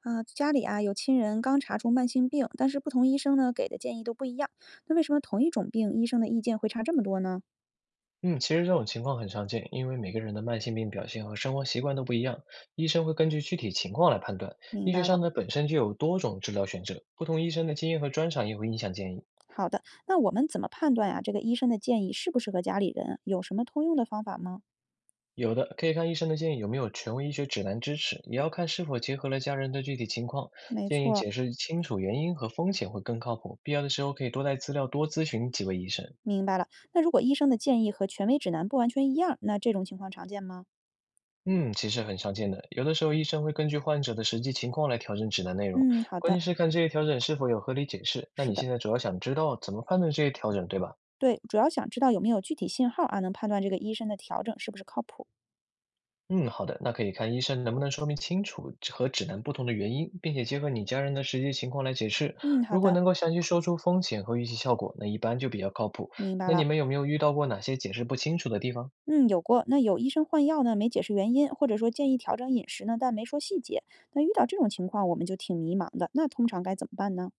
啊，家里啊有亲人刚查出慢性病，但是不同医生呢给的建议都不一样。那为什么同一种病医生的意见会差这么多呢？嗯，其实这种情况很常见，因为每个人的慢性病表现和生活习惯都不一样，医生会根据具体情况来判断。明医学白了。上呢，本身就有多种治疗选择，不同医生的经验和专长也会影响建议。好的，那我们怎么判断呀、这个医生的建议适不适合家里人？有什么通用的方法吗？有的可以看医生的建议有没有权威医学指南支持，也要看是否结合了家人的具体情况，没建议错儿，解释清楚原因和风险会更靠谱。必要的时候可以多带资料，多咨询几位医生。明白了。那如果医生的建议和权威指南不完全一样，那这种情况常见吗？嗯，其实很常见的。有的时候，医生会根据患者的实际情况来调整指南内容，嗯，好关的，键是看这些调整是否有合理解释。那是你的，现在主要想知道怎么判断这些调整，对吧？对，主要想知道有没有具体信号啊，能判断这个医生的调整是不是靠谱。嗯，好的，那可以看医生能不能说明清楚和指南不同的原因，并且结合你家人的实际情况来解释。嗯，好如果的，能够详细说出风险和预期效果，那一般就比较靠谱。明白那你了。们有没有遇到过哪些解释不清楚的地方？嗯，有过。那有医生换药呢，没解释原因，或者说建议调整饮食呢，但没说细节。那遇到这种情况，我们就挺迷茫的。那通常该怎么办呢？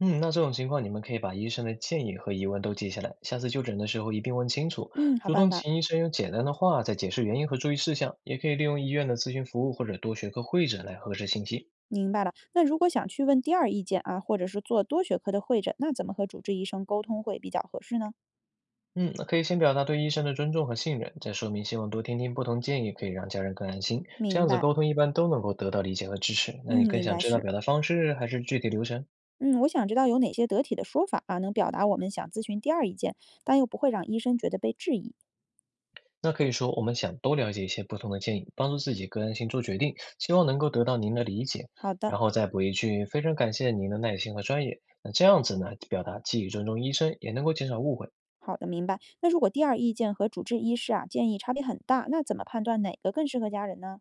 嗯，那这种情况，你们可以把医生的建议和疑问都记下来，下次就诊的时候一并问清楚。嗯，好主办动法，请医生用简单的话再解释原因和注意事项，也可以利用医院的咨询服务或者多学科会诊来核实信息。明白了。那如果想去问第二意见啊，或者是做多学科的会诊，那怎么和主治医生沟通会比较合适呢？嗯，那可以先表达对医生的尊重和信任，再说明希望多听听不同建议，可以让家人更安心。这明样子白，沟通一般都能够得到理解和支持。那你嗯，更应想该知道是。表达方式还是具体流程？嗯，我想知道有哪些得体的说法啊，能表达我们想咨询第二意见，但又不会让医生觉得被质疑。那可以说，我们想多了解一些不同的建议，帮助自己个人行做决定，希望能够得到您的理解。好的，然后再补一句，非常感谢您的耐心和专业。那这样子呢，表达既尊重医生，也能够减少误会。好的，明白。那如果第二意见和主治医师啊建议差别很大，那怎么判断哪个更适合家人呢？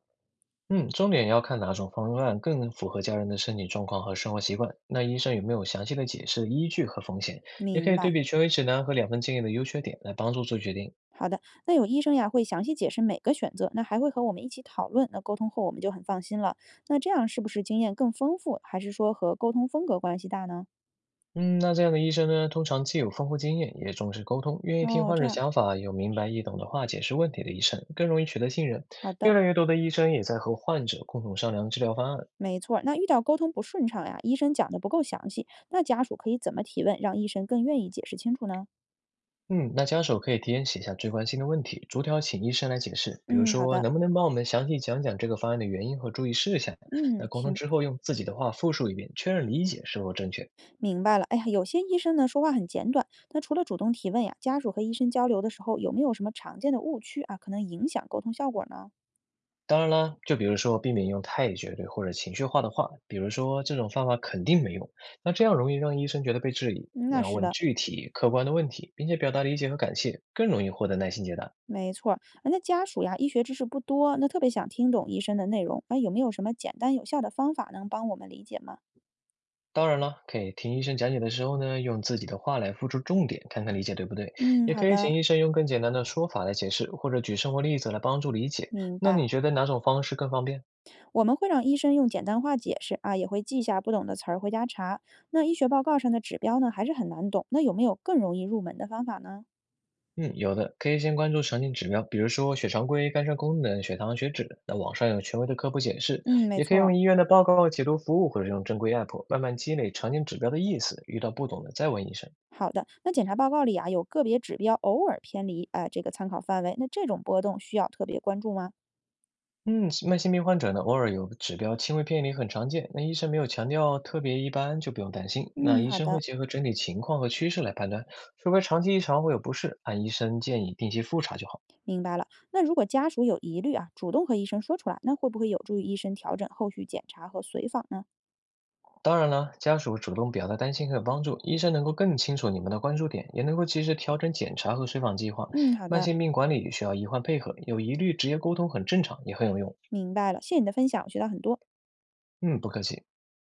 嗯，重点要看哪种方案更符合家人的身体状况和生活习惯。那医生有没有详细的解释依据和风险？也可明以对白。比权威指南和两份建议的优缺点来帮助做决定。好的，那有医生呀会详细解释每个选择，那还会和我们一起讨论。那沟通后我们就很放心了。那这样是不是经验更丰富，还是说和沟通风格关系大呢？嗯，那这样的医生呢，通常既有丰富经验，也重视沟通，愿意听哦，患这者样，想法，有明白易懂的话解释问题的医生，更容易取得信任。好的，越来越多的医生也在和患者共同商量治疗方案。没错儿。那遇到沟通不顺畅呀，医生讲的不够详细，那家属可以怎么提问，让医生更愿意解释清楚呢？嗯，那家属可以提前写下最关心的问题，逐条请医生来解释。比如嗯，好说，的，能不能帮我们详细讲讲这个方案的原因和注意事项？那嗯，沟通行。之后，用自己的话复述一遍，确认理解是否正确。明白了，哎呀，有些医生呢说话很简短，那除了主动提问呀，家属和医生交流的时候有没有什么常见的误区啊，可能影响沟通效果呢？当然啦，就比如说避免用太绝对或者情绪化的话，比如说这种方法肯定没用，那这样容易让医生觉得被质疑。嗯你那要是问的，具体客观的问题，并且表达理解和感谢，更容易获得耐心解答。没错儿。啊那家属呀，医学知识不多，那特别想听懂医生的内容，啊，有没有什么简单有效的方法能帮我们理解吗？当然了，可以听医生讲解的时候呢，用自己的话来付出重点，看看理解对不对。嗯，也好可以的，请医生用更简单的说法来解释，或者举生活例子来帮助理解。明那白。你觉得哪种方式更方便？我们会让医生用简单化解释啊，也会记下不懂的词儿回家查。那医学报告上的指标呢，还是很难懂，那有没有更容易入门的方法呢？嗯，有的，可以先关注常见指标，比如说血常规、肝肾功能、血糖、血脂。那网上有权威的科普解释，嗯，没也可以错儿。用医院的报告、解读服务，或者用正规 app 慢慢积累常见指标的意思。遇到不懂的再问医生。好的，那检查报告里啊有个别指标偶尔偏离啊、这个参考范围，那这种波动需要特别关注吗？嗯，慢性病患者呢，偶尔有指标轻微偏离很常见，那医生没有强调特别一般就不用担心。那嗯，医好生会的，结合整体情况和趋势来判断，除非长期异常或有不适，按医生建议定期复查就好。明白了。那如果家属有疑虑啊，主动和医生说出来，那会不会有助于医生调整后续检查和随访呢？当然了，家属主动表达担心和帮助，医生能够更清楚你们的关注点，也能够及时调整检查和随访计划。嗯，好慢的，性病管理需要医患配合，有疑虑直接沟通很正常，也很有用。明白了。谢谢你的分享，我学到很多。嗯，不客气。